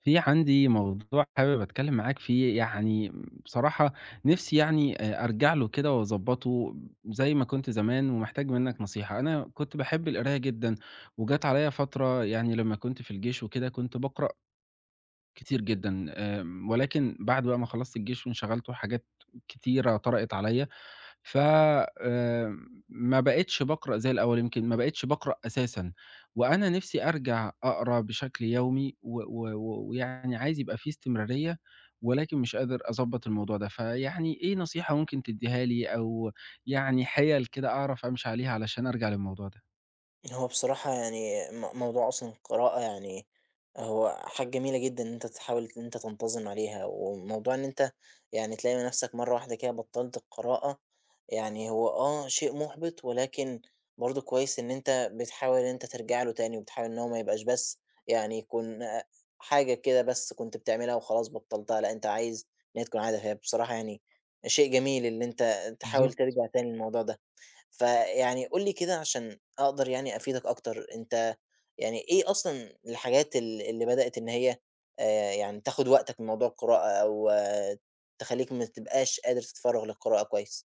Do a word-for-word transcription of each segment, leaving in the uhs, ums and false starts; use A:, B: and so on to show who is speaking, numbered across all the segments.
A: في عندي موضوع حابب اتكلم معاك فيه يعني بصراحة نفسي يعني آه، ارجع له كده واظبطه زي ما كنت زمان ومحتاج منك نصيحة انا كنت بحب القراية جدا وجات عليا فترة يعني لما كنت في الجيش وكده كنت بقرأ كتير جدا. آم، ولكن بعد بقى ما خلصت الجيش وانشغلت وحاجات كتيرة طرقت عليا ف آمم، ما بقيتش باقرأ زي الأول، يمكن ما بقيتش باقرأ أساسًا، وأنا نِفْسي أرجع أقرا بشكل يومي و و و ويعني عايز يبقى في استمرارية، ولكن مش قادر أضبّط الموضوع ده، فيعني إيه نصيحة ممكن تدّيها لي أو يعني حِيَل كده أعرف أمشي عليها علشان أرجع للموضوع ده؟
B: هو بصراحة يعني م موضوع أصلًا القراءة يعني هو حاجة جميلة جدًا إن أنت تحاول إن أنت تنتظم عليها، وموضوع إن أنت يعني تلاقي نفسك مرة واحدة كده بطّلت القراءة، يعني هو آه شيء مُحبِط ولكن برضه كويس إن أنت بتحاول إن أنت ترجع له تاني، وبتحاول إن هو ما يبقاش بس يعني يكون آه، حاجة كده بس كنت بتعملها وخلاص بطّلتها، لأ أنت عايز إن هي تكون عادة، فهي بصراحة يعني شيء جميل اللي أنت تحاول
A: بالضبط.
B: ترجع تاني للموضوع ده. فيعني قُل لي كده عشان أقدر يعني أفيدك أكتر، أنت يعني إيه أصلًا الحاجات ال اللي بدأت إن هي آآ يعني تاخد وقتك من موضوع القراءة أو آه، تخلّيك ما تبقاش قادر تتفرّغ للقراءة كويس؟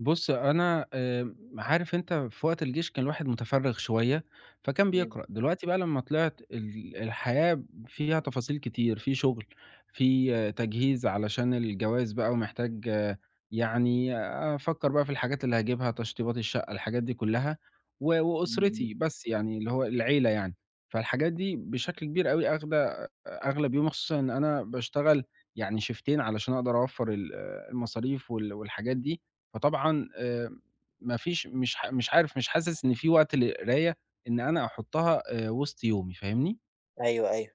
A: بُص، أنا آمم، عارف أنت في وقت الجيش كان الواحد متفرّغ شوية، فكان
B: إمم،
A: بيقرأ، دلوقتي بقى لمّا طلعت ال الحياة فيها تفاصيل كتير، في شغل، في آه، تجهيز علشان الجواز بقى ومحتاج آه، يعني آه، أفكّر بقى في الحاجات اللي هاجيبها، تشطيبات الشقة، الحاجات دي كلّها و
B: إمم، إمم.
A: وأسرتي بس يعني اللي هو العيلة يعني، فالحاجات دي بشكل كبير أوي آخدة أغلب يومي، خصوصًا إن أنا باشتغل يعني شيفتين علشان أقدر أوفّر ال آه، المصاريف وال والحاجات دي، فطبعًا آآ ما فيش مش ح مش عارف مش حاسس إن في وقت للقراية إن أنا أحطها آآ وسط يومي، فاهمني؟
B: أيوه، أيوه.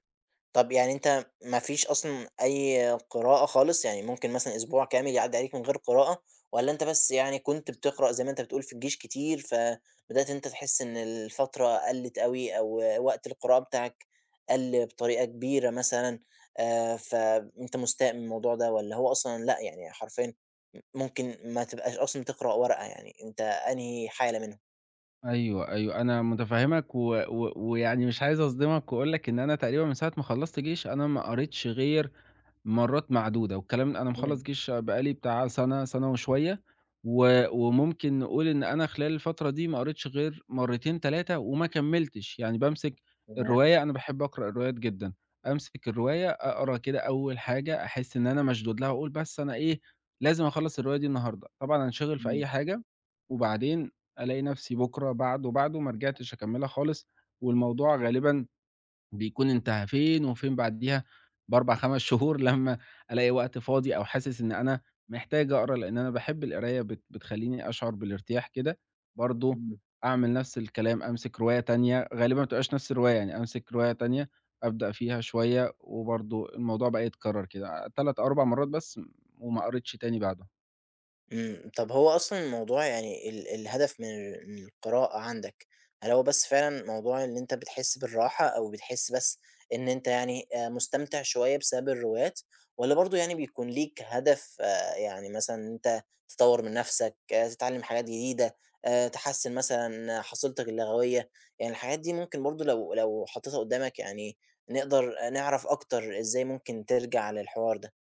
B: طب يعني أنت ما فيش أصلًا أي قراءة خالص، يعني ممكن مثلًا أسبوع كامل يعدّي عليك من غير قراءة، والّا أنت بس يعني كنت بتقرأ زي ما أنت بتقول في الجيش كتير، فبدأت أنت تحس إن الفترة قلّت أوي أو وقت القراءة بتاعك قَل بطريقة كبيرة مثلًا. آآ، فأنت مستاء من الموضوع ده، والّا هو أصلًا لأ، يعني حرفيًا م ممكن ما تبقاش أصلًا بتقرأ ورقة، يعني أنت أنهي حالة منهم؟
A: أيوه، أيوه، أنا متفهّمك و و ويعني مش عايز أصدمك وأقول لك إن أنا تقريبًا من ساعة ما خلّصت جيش أنا ما قريتش غير مرات معدودة، والكلام ده أنا
B: إمم،
A: مخلّص جيش بقى لي بتاع سَنة، سَنة وشوية، و وممكن نقول إن أنا خلال الفترة دي ما قريتش غير مرتين، تلاتة وما كمّلتش، يعني بامسك
B: ياه!
A: الرواية أنا باحب أقرأ الروايات جدًا، أمسك الرواية أقرا كده أول حاجة أحس إن أنا مشدود لها وأقول بس أنا إيه، لازم أخلّص الرواية دي النهارده، طبعًا أنشغل في
B: إمم،
A: أي حاجة، وبعدين ألاقي نفسي بُكرة، بعده، بعده ما رجعتش أكمّلها خالص، والموضوع غالبًا بيكون انتهى، فين وفين بعديها ب4، خمس شهور لمّا ألاقي وقت فاضي أو حاسس إن أنا محتاج أقرا، لإن أنا باحب القراية بت بتخلّيني أشعر بالارتياح كده، برضه
B: إمم.
A: أعمل نفس الكلام، أمسك رواية تانية، غالبًا ما بتبقاش نفس الرواية، يعني أمسك رواية تانية أبدأ فيها شوية، وبرضه الموضوع بقى يتكرر كده ثلاث، أربع مرات بس وما قريتش تاني بعده.
B: إمم، طب هو أصلًا الموضوع يعني ال الهدف من ال من القراءة عندك، هل هو بس فعلًا موضوع إن أنت بتحس بالراحة أو بتحس بس إن أنت يعني آآ مستمتع شوية بسبب الروايات، والّا برضه يعني بيكون ليك هدف آآ يعني مثلًا إن أنت تطوّر من نَفْسك، آه، تتعلم حاجات جديدة، آآ تحسّن مثلًا حصيلتك اللغوية، يعني الحاجات دي ممكن برضه لو لو حطيتها قدّامك يعني نقدر نعرف أكتر إزاي ممكن ترجع للحوار ده؟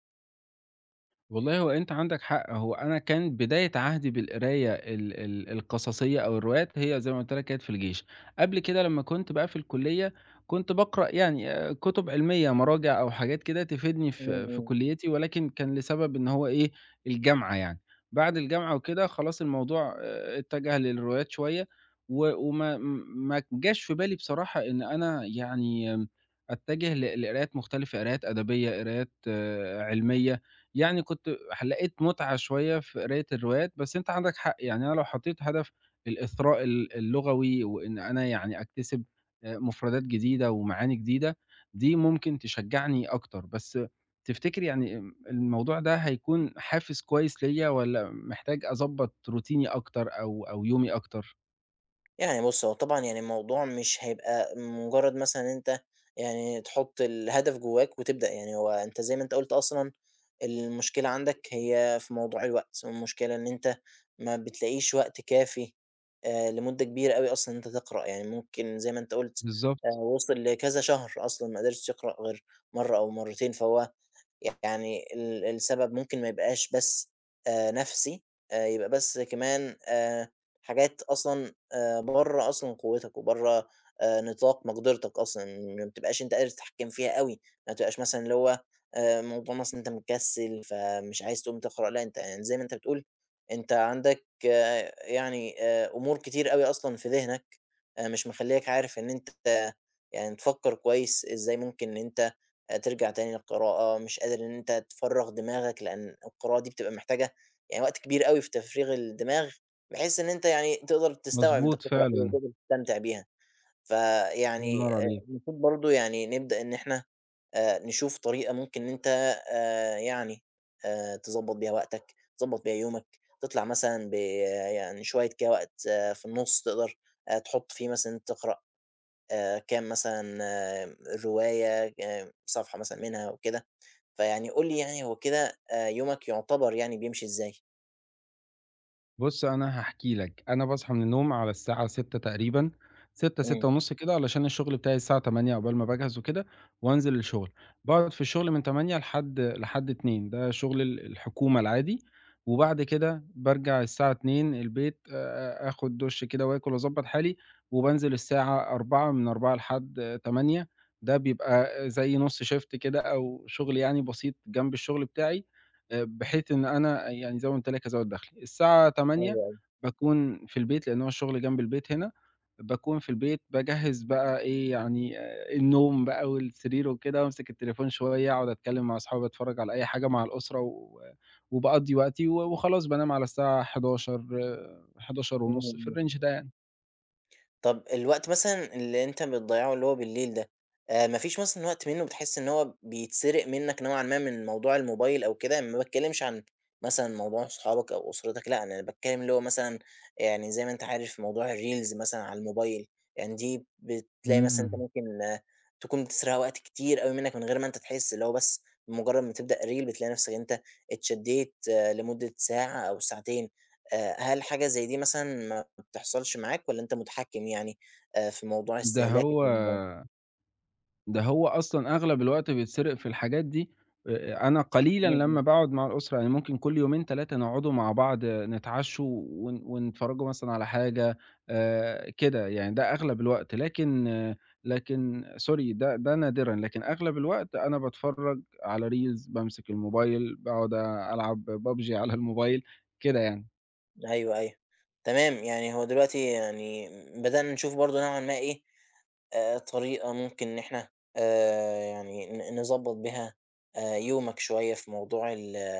A: والله هو أنت عندك حق، هو أنا كان بداية عهدي بالقراية ال ال القصصية أو الروايات هي زي ما قُلت لك كانت في الجيش، قبل كده لمّا كنت بقى في الكلية كنت باقرأ يعني آآ كُتب علمية، مراجع أو حاجات كده تفيدني
B: إمم،
A: في في
B: إمم.
A: كليتي، ولكن كان لسبب إن هو إيه، الجامعة يعني، بعد الجامعة وكده خلاص الموضوع آآ اتجه للروايات شوية، و وما م- ما جاش في بالي بصراحة إن أنا يعني آمم أتجه ل لقرايات مختلفة، قرايات أدبية، قرايات آه، علمية. يعني كنت لقيت متعة شوية في قراية الروايات، بس أنت عندك حق، يعني أنا لو حطيت هدف الإثراء ال اللغوي وإن أنا يعني أكتسب آآ مفردات جديدة ومعاني جديدة، دي ممكن تشجّعني أكتر، بس تفتكر يعني آمم الموضوع ده هيكون حافز كويس ليّا والّا محتاج أضبّط روتيني أكتر أو أو يومي أكتر؟
B: يعني بُص، هو طبعًا يعني الموضوع مش هيبقى مجرّد مثلًا إن أنت يعني تحُط الهدف جوّاك وتبدأ، يعني هو أنت زي ما أنت قُلت أصلًا المشكلة عندك هي في موضوع الوقت، والمشكلة إن أنت ما بتلاقيش وقت كافي آآ لمدة كبيرة أوي أصلًا إن أنت تقرأ، يعني ممكن زي ما أنت قُلت آآ
A: بالضبط،
B: وِصل لكذا شهر أصلًا ما قدرش يقرأ غير مرّة أو مرّتين، فهو يعني ال السبب ممكن ما يبقاش بس آآ نَفْسي، آآ يبقى بس كمان آآ حاجات أصلًا آآ برّه أصلًا قوتك وبرّه آآ نطاق مقدرتك أصلًا، ما بتبقاش أنت قادر تتحكّم فيها أوي، ما تبقاش مثلًا اللي هو آآ موضوع مثلًا أنت مكسّل، فمش عايز تقوم تقرأ، لأ أنت يعني زي ما أنت بتقول، أنت عندك آه، يعني آآ أمور كتير أوي أصلًا في ذهنك، آآ مش مخلّياك عارف إن أنت يعني تفكّر كويس إزاي ممكن إن أنت آآ ترجع تاني للقراءة، مش قادر إن أنت تفرّغ دماغك، لإن القراءة دي بتبقى محتاجة يعني وقت كبير أوي في تفريغ الدماغ، بحيث إن أنت يعني تقدر تستوعب أنت
A: مضبوط
B: بتقرا إيه
A: فعلًا،
B: وتقدر تستمتع بيها.
A: الله
B: فيعني
A: ينور
B: آآ
A: عليك.
B: المفروض برضه يعني نبدأ إن إحنا آآ نشوف طريقة ممكن إن أنت آآ يعني آآ تضبّط بيها وقتك، تضبّط بيها يومك، تطلع مثلًا ب آه، يعني شوية كده وقت آه، في النُص تقدر آآ تحُط فيه مثلًا تقرأ آآ كام مثلًا آه، رواية، آآ صفحة مثلًا منها وكده، فيعني قُل لي يعني هو كده آآ يومك يُعتبر يعني بيمشي إزاي؟
A: بُص، أنا هاحكي لك، أنا باصحى من النوم على الساعة ستة تقريبًا، ستة،
B: إمم،
A: ستة ونص كده، علشان الشغل بتاعي الساعة تمانية عقبال ما باجهز وكده وأنزل الشغل. باقعد في الشغل من تمانية لحد لحد اتنين ده شغل ال الحكومة العادي، وبعد كده بارجع الساعة اتنين البيت آآ، آخد دُش كده وآكل وأضبّط حالي، وبانزل الساعة أربعة من أربعة لحد تمانية ده بيبقى زي نُص شيفت كده أو شغل يعني بسيط جنب الشغل بتاعي. آآ بحيث إن أنا يعني زي ما قُلت لك أزوّد دخلي. الساعة
B: أيوه،
A: تمانية
B: أيوه.
A: باكون في البيت، لإن هو الشغل جنب البيت هنا، باكون في البيت باجهّز بقى إيه، يعني آآ النوم بقى والسرير وكده وأمسك التليفون شوية، أقعد أتكلّم مع أصحابي، أتفرّج على أي حاجة مع الأسرة و وباقضّي وقتي و وخلاص بانام على الساعة حداشر،
B: إمم،
A: حداشر ونص في
B: إمم.
A: الrange ده يعني.
B: طب الوقت مثلًا اللي أنت بتضيّعه اللي هو بالليل ده، آآ ما فيش مثلًا وقت منه بتحس إن هو بيتسرق منك نوعًا ما من موضوع الموبايل أو كده؟ يعني ما باتكلمش عن مثلًا موضوع صحابك أو أسرتك، لأ أنا باتكلم اللي هو مثلًا يعني زي ما أنت عارف موضوع الreels مثلًا على الموبايل، يعني دي بتلاقي مثلًا أنت
A: إمم.
B: ممكن آه، تكون بتسرقها وقت كتير أوي منك من غير ما أنت تحس، اللي هو بس بمجرد ما تبدأ reel بتلاقي نفسك أنت اتشدّيت آه، لمدة ساعة أو ساعتين. آآ هل حاجة زي دي مثلًا تحصلش معاك والّا أنت متحكم يعني آآ في موضوع
A: ده
B: استهلاكك
A: هو
B: للموبايل؟
A: ده هو أصلًا أغلب الوقت بيتسرق في الحاجات دي، آآ أنا قليلًا
B: إمم، إمم.
A: لمّا باقعد مع الأسرة، يعني ممكن كل يومين تلات نقعدوا مع بعض آه، نتعشوا ون ونتفرجوا مثلًا على حاجة آآ كده، يعني ده أغلب الوقت، لكن آه، لكن سوري ده ده نادرًا، لكن أغلب الوقت أنا باتفرج على reels، بامسك الموبايل، باقعد ألعب ببجي على الموبايل، كده يعني.
B: أيوه، أيوه. تمام، يعني هو دلوقتي يعني بدأنا نشوف برضه نوعًا ما إيه، آآ طريقة ممكن إن إحنا آآ يعني ن نضبّط بيها آآ يومك شوية في موضوع ال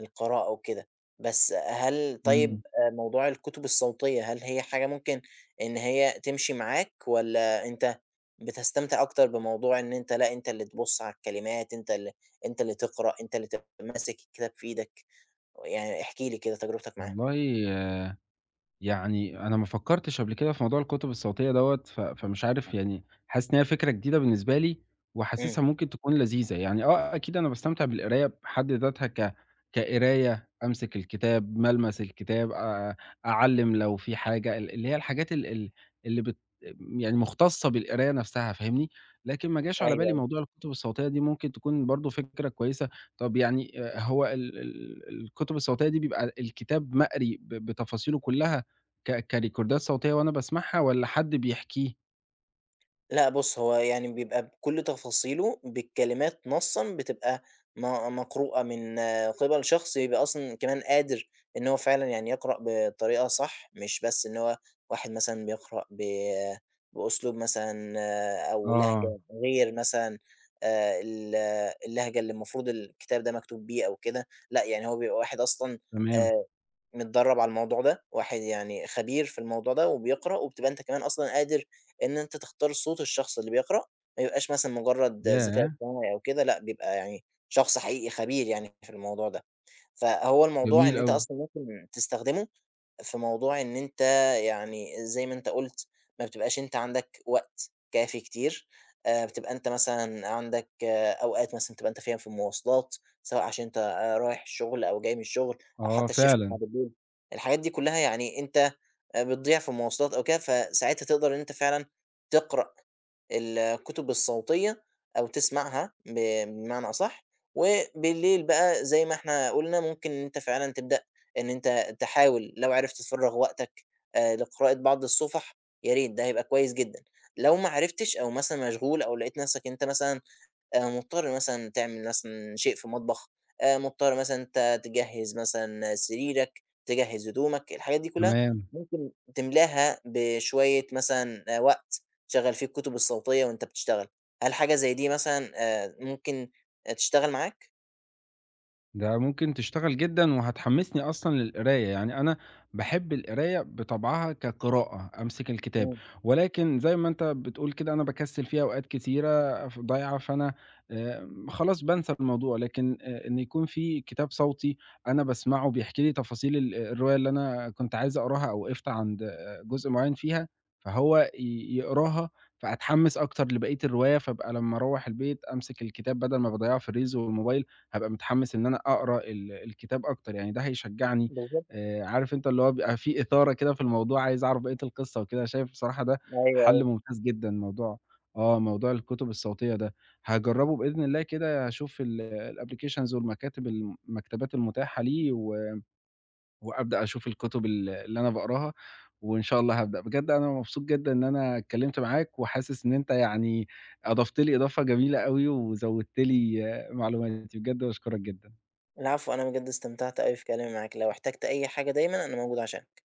B: القراءة وكده، بس هل
A: إمم،
B: طيب آآ موضوع الكتب الصوتية، هل هي حاجة ممكن إن هي تمشي معاك والّا أنت بتستمتع أكتر بموضوع إن أنت لأ، أنت اللي تبُص على الكلمات، أنت اللي أنت اللي تقرأ، أنت اللي تبقى ماسك الكتاب في إيدك، يعني احكِ لي كده تجربتك معاه؟
A: والله يعني أنا ما فكّرتش قبل كده في موضوع الكُتب الصوتية دوّة، ف فمش عارف يعني حاسس إن هي فكرة جديدة بالنسبة لي،
B: إمم،
A: وحاسسها ممكن تكون لذيذة، يعني آه أكيد أنا باستمتع بالقراية بحد ذاتها ك كقراية، أمسك الكتاب، ملمس الكتاب، آآ أعلّم لو في حاجة، ال اللي هي الحاجات ال ال اللي بت يعني مختصة بالقراية نفسها فاهمني، لكن ما جاش على بالي
B: أيوه،
A: موضوع الكُتب الصوتية دي ممكن تكون برضه فكرة كويسة. طَب يعني آآ هو ال ال الكُتب الصوتية دي بيبقى الكتاب مقري ب بتفاصيله كلّها ك كريكوردات صوتية وأنا باسمعها والّا حد بيحكيه؟
B: لأ بُص، هو يعني بيبقى بكل تفاصيله، بالكلمات نصًا بتبقى م مقروءة من آه، قِبَل شخص يبقى أصلًا كمان قادر إن هو فعلًا يعني يقرأ بطريقة صح، مش بس إن هو واحد مثلًا بيقرأ ب بأسلوب مثلًا آه، أو
A: آه،
B: لهجة غير مثلًا آآ ال اللهجة اللي المفروض الكتاب ده مكتوب بيه أو كده، لأ يعني هو بيبقى واحد أصلًا
A: تمام.
B: آآ متدرّب على الموضوع ده، واحد يعني خبير في الموضوع ده وبيقرأ، وبتبقى أنت كمان أصلًا قادر إن أنت تختار صوت الشخص اللي بيقرأ، ما يبقاش مثلًا مجرّد ذكاء
A: ياه!
B: اصطناعي أو كده، لأ بيبقى يعني شخص حقيقي خبير يعني في الموضوع ده. فهو الموضوع
A: جميل
B: إن أنت
A: أوي.
B: أصلًا ممكن تستخدمه في موضوع إن أنت يعني زي ما أنت قُلت، ما بتبقاش أنت عندك وقت كافي كتير، آآ بتبقى أنت مثلًا عندك آه، أوقات مثلًا بتبقى أنت فيها في المواصلات، سواء عشان أنت آه، رايح الشغل أو جاي من الشغل أو
A: آه،
B: حتى الShift بتاع
A: فعلًا.
B: بالليل، الحاجات دي كلّها يعني أنت آآ بتضيع في المواصلات أو كده، فساعتها تقدر إن أنت فعلًا تقرأ الكتب الصوتية أو تسمعها ب بمعنى أصح، وبالليل بقى زي ما إحنا قُلنا ممكن إن أنت فعلًا تبدأ إن أنت تحاول لو عرفت تفرّغ وقتك آآ لقراءة بعض الصُفح، يا ريت ده هيبقى كويس جدًا، لو ما عرفتش أو مثلًا مشغول أو لقيت نَفْسك أنت مثلًا آآ مضطر مثلًا تعمل مثلًا شيء في المطبخ، آآ مضطر مثلًا أنت تجهّز مثلًا سريرك، تجهّز هدومك، الحاجات دي كلّها
A: تمام.
B: ممكن تملاها بشوية مثلًا آآ وقت تشغّل فيه الكتب الصوتية وأنت بتشتغل، هل حاجة زي دي مثلًا آآ ممكن آآ تشتغل معاك؟
A: ده ممكن تشتغل جدًا وهتحمّسني أصلًا للقراية، يعني أنا باحب القراية بطبعها كقراءة، أمسك الكتاب،
B: إمم،
A: ولكن زي ما أنت بتقول كده أنا باكسّل في أوقات كتيرة ف ضايعة، فأنا آمم، خلاص بانسى الموضوع، لكن آآ، إن يكون في كتاب صوتي أنا باسمعه بيحكي لي تفاصيل ال الرواية اللي أنا كنت عايز أقراها أو وقفت عند آه، جزء معيّن فيها، فهو ي يقراها فأتحمّس أكتر لبقية الرواية، فابقى لمّا أروّح البيت أمسك الكتاب بدل ما باضيّعه في الريلز والموبايل هابقى متحمّس إن أنا أقرا ال الكتاب أكتر، يعني ده هيشجّعني
B: بالضبط،
A: آآ، عارف أنت اللي هو بيبقى في إثارة كده في الموضوع، عايز أعرف بقية القصة وكده، شايف بصراحة ده
B: أيوه،
A: حَل
B: أيوه،
A: ممتاز جدًا، موضوع آه، موضوع الكتب الصوتية ده، هاجرّبه بإذن الله كده، أشوف ال الapplications والمكاتب الم المكتبات المتاحة ليه و وأبدأ أشوف الكتب ال اللي أنا باقراها وإن شاء الله هابدأ. بجد أنا مبسوط جدًا إن أنا اتكلّمت معاك وحاسس إن أنت يعني أضفت لي إضافة جميلة أوي وزوّدت لي آه، معلوماتي، بجد باشكرك جدًا.
B: العفو أنا بجد استمتعت أوي في كلامي معاك، لو احتجت أي حاجة دايمًا أنا موجود عشانك.